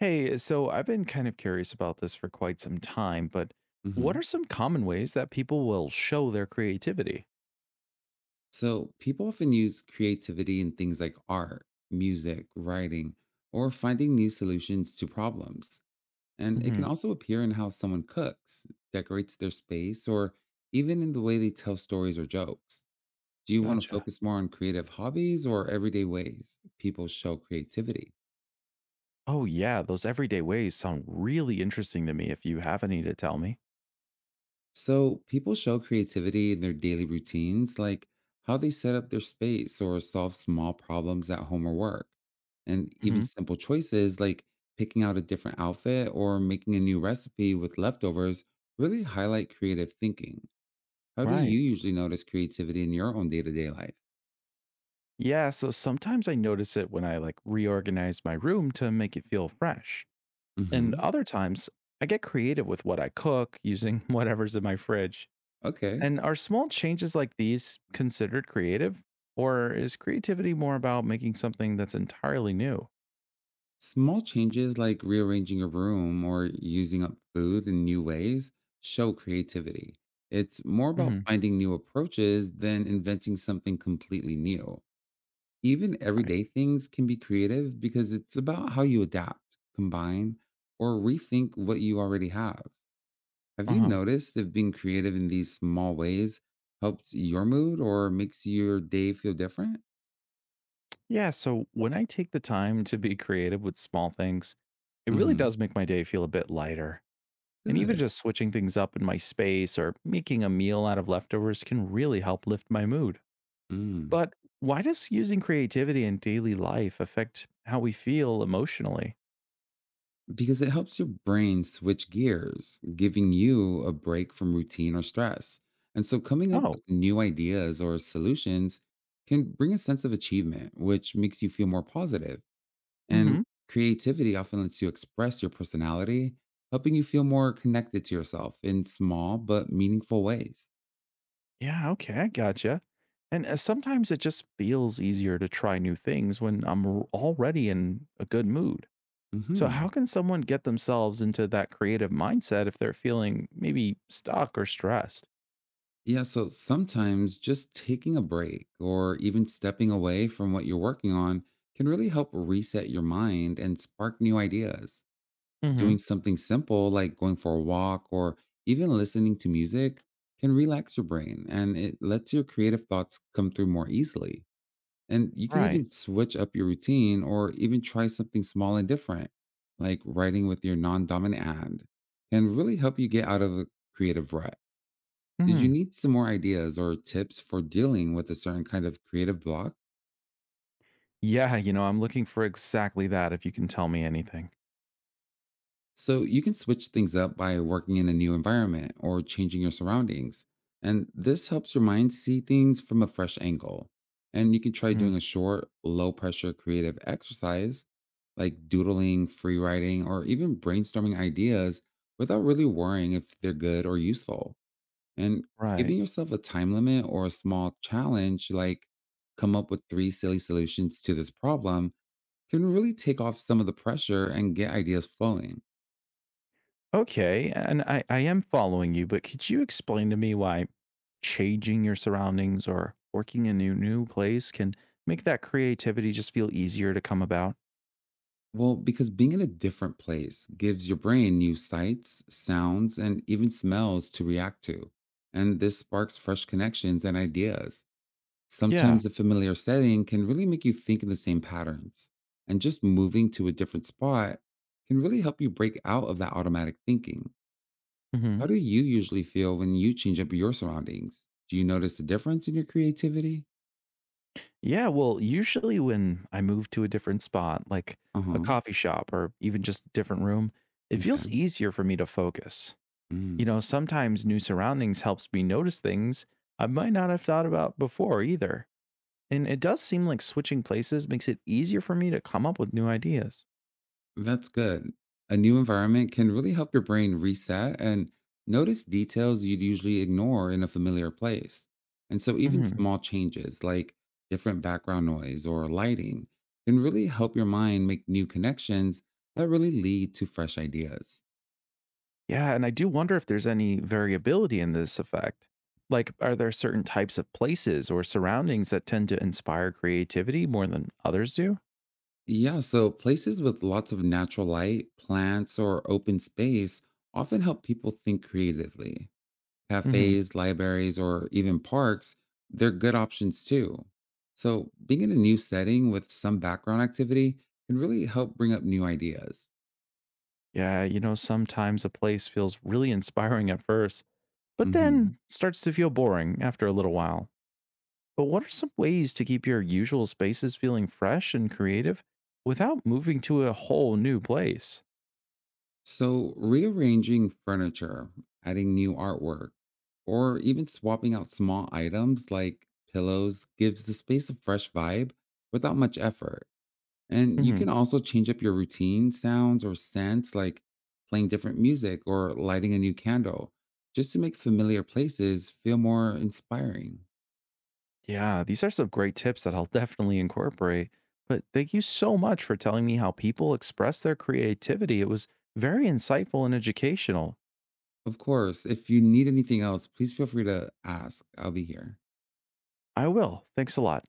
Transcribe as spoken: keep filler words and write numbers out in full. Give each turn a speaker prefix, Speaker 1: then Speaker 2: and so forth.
Speaker 1: Hey, so I've been kind of curious about this for quite some time, but what are
Speaker 2: Hmm.
Speaker 1: some common ways that people will show their creativity?
Speaker 2: So, people often use creativity in things like art, music, writing, or finding new solutions to problems. And it
Speaker 1: Hmm.
Speaker 2: can also appear in how someone cooks, decorates their space, or even in the way they tell stories or jokes. Do you want to
Speaker 1: Gotcha.
Speaker 2: focus more on creative hobbies or everyday ways people show creativity?
Speaker 1: Oh, yeah, those everyday ways sound really interesting to me if you have any to tell me.
Speaker 2: So, people show creativity in their daily routines, like how they set up their space or solve small problems at home or work. And even
Speaker 1: Hmm.
Speaker 2: simple choices like picking out a different outfit or making a new recipe with leftovers really highlight creative thinking. How do
Speaker 1: Right.
Speaker 2: you usually notice creativity in your own day to day life?
Speaker 1: Yeah, so sometimes I notice it when I like reorganize my room to make it feel fresh. And
Speaker 2: Hmm.
Speaker 1: other times I get creative with what I cook using whatever's in my fridge.
Speaker 2: Okay.
Speaker 1: And are small changes like these considered creative? Or is creativity more about making something that's entirely new?
Speaker 2: Small changes like rearranging a room or using up food in new ways show creativity. It's more about
Speaker 1: Hmm.
Speaker 2: finding new approaches than inventing something completely new. Even
Speaker 1: Right.
Speaker 2: everyday things can be creative because it's about how you adapt, combine, or rethink what you already have. Have
Speaker 1: Uh
Speaker 2: you
Speaker 1: huh.
Speaker 2: noticed if being creative in these small ways helps your mood or makes your day feel different?
Speaker 1: Yeah. So when I take the time to be creative with small things, it really
Speaker 2: Hmm.
Speaker 1: does make my day feel a bit lighter. And even
Speaker 2: Good.
Speaker 1: just switching things up in my space or making a meal out of leftovers can really help lift my mood.
Speaker 2: Mm.
Speaker 1: But why does using creativity in daily life affect how we feel emotionally?
Speaker 2: Because it helps your brain switch gears, giving you a break from routine or stress. And so coming up
Speaker 1: Oh,
Speaker 2: with new ideas or solutions can bring a sense of achievement, which makes you feel more positive.
Speaker 1: mm
Speaker 2: And
Speaker 1: hmm.
Speaker 2: creativity often lets you express your personality, helping you feel more connected to yourself in small but meaningful ways.
Speaker 1: Yeah, okay, I gotcha. And uh, sometimes it just feels easier to try new things when I'm r- already in a good mood. So, how
Speaker 2: Mhm.
Speaker 1: can someone get themselves into that creative mindset if they're feeling maybe stuck or stressed?
Speaker 2: Yeah, so sometimes just taking a break or even stepping away from what you're working on can really help reset your mind and spark new ideas.
Speaker 1: Hmm.
Speaker 2: Doing something simple like going for a walk or even listening to music can relax your brain and it lets your creative thoughts come through more easily. And you can
Speaker 1: Right.
Speaker 2: even switch up your routine or even try something small and different, like writing with your non dominant hand, can really help you get out of the creative rut. Did you
Speaker 1: Hmm.
Speaker 2: need some more ideas or tips for dealing with a certain kind of creative block?
Speaker 1: Yeah, you know, I'm looking for exactly that if you can tell me anything.
Speaker 2: So you can switch things up by working in a new environment or changing your surroundings. And this helps your mind see things from a fresh angle. And you can try
Speaker 1: Mhm.
Speaker 2: doing a short, low pressure creative exercise like doodling, free writing, or even brainstorming ideas without really worrying if they're good or useful. And
Speaker 1: Right.
Speaker 2: giving yourself a time limit or a small challenge, like come up with three silly solutions to this problem, can really take off some of the pressure and get ideas flowing.
Speaker 1: Okay, and I, I am following you, but could you explain to me why changing your surroundings or working in a new new place can make that creativity just feel easier to come about?
Speaker 2: Well, because being in a different place gives your brain new sights, sounds, and even smells to react to. And this sparks fresh connections and ideas.
Speaker 1: Yeah.
Speaker 2: Sometimes a familiar setting can really make you think in the same patterns. And just moving to a different spot can really help you break out of that automatic thinking.
Speaker 1: Hmm.
Speaker 2: How do you usually feel when you change up your surroundings? Do you notice a difference in your creativity?
Speaker 1: Yeah. Well, usually when I move to a different spot, like
Speaker 2: Uh
Speaker 1: a
Speaker 2: huh.
Speaker 1: coffee shop or even just a different room, it feels
Speaker 2: Okay.
Speaker 1: easier for me to focus.
Speaker 2: Mm,
Speaker 1: You know, sometimes new surroundings helps me notice things I might not have thought about before either. And it does seem like switching places makes it easier for me to come up with new ideas.
Speaker 2: that's good. A new environment can really help your brain reset and notice details you'd usually ignore in a familiar place. And so, even
Speaker 1: Hmm.
Speaker 2: small changes like different background noise or lighting can really help your mind make new connections that really lead to fresh ideas.
Speaker 1: Yeah, and I do wonder if there's any variability in this effect. Like, are there certain types of places or surroundings that tend to inspire creativity more than others do?
Speaker 2: Yeah, so places with lots of natural light, plants, or open space often help people think creatively.
Speaker 1: Hmm.
Speaker 2: Cafes, libraries, or even parks, they're good options too. So, being in a new setting with some background activity can really help bring up new ideas.
Speaker 1: Yeah, you know, sometimes a place feels really inspiring at first, but then
Speaker 2: Hmm.
Speaker 1: starts to feel boring after a little while. But what are some ways to keep your usual spaces feeling fresh and creative without moving to a whole new place?
Speaker 2: So, rearranging furniture, adding new artwork, or even swapping out small items like pillows gives the space a fresh vibe without much effort. And you can also change up your routine sounds or scents, like playing different music or lighting a new candle, just to make familiar places feel more inspiring.
Speaker 1: Yeah, these are some great tips that I'll definitely incorporate. But thank you so much for telling me how people express their creativity. It was very insightful and educational.
Speaker 2: Of course, if you need anything else, please feel free to ask. I'll be here.
Speaker 1: I will. Thanks a lot.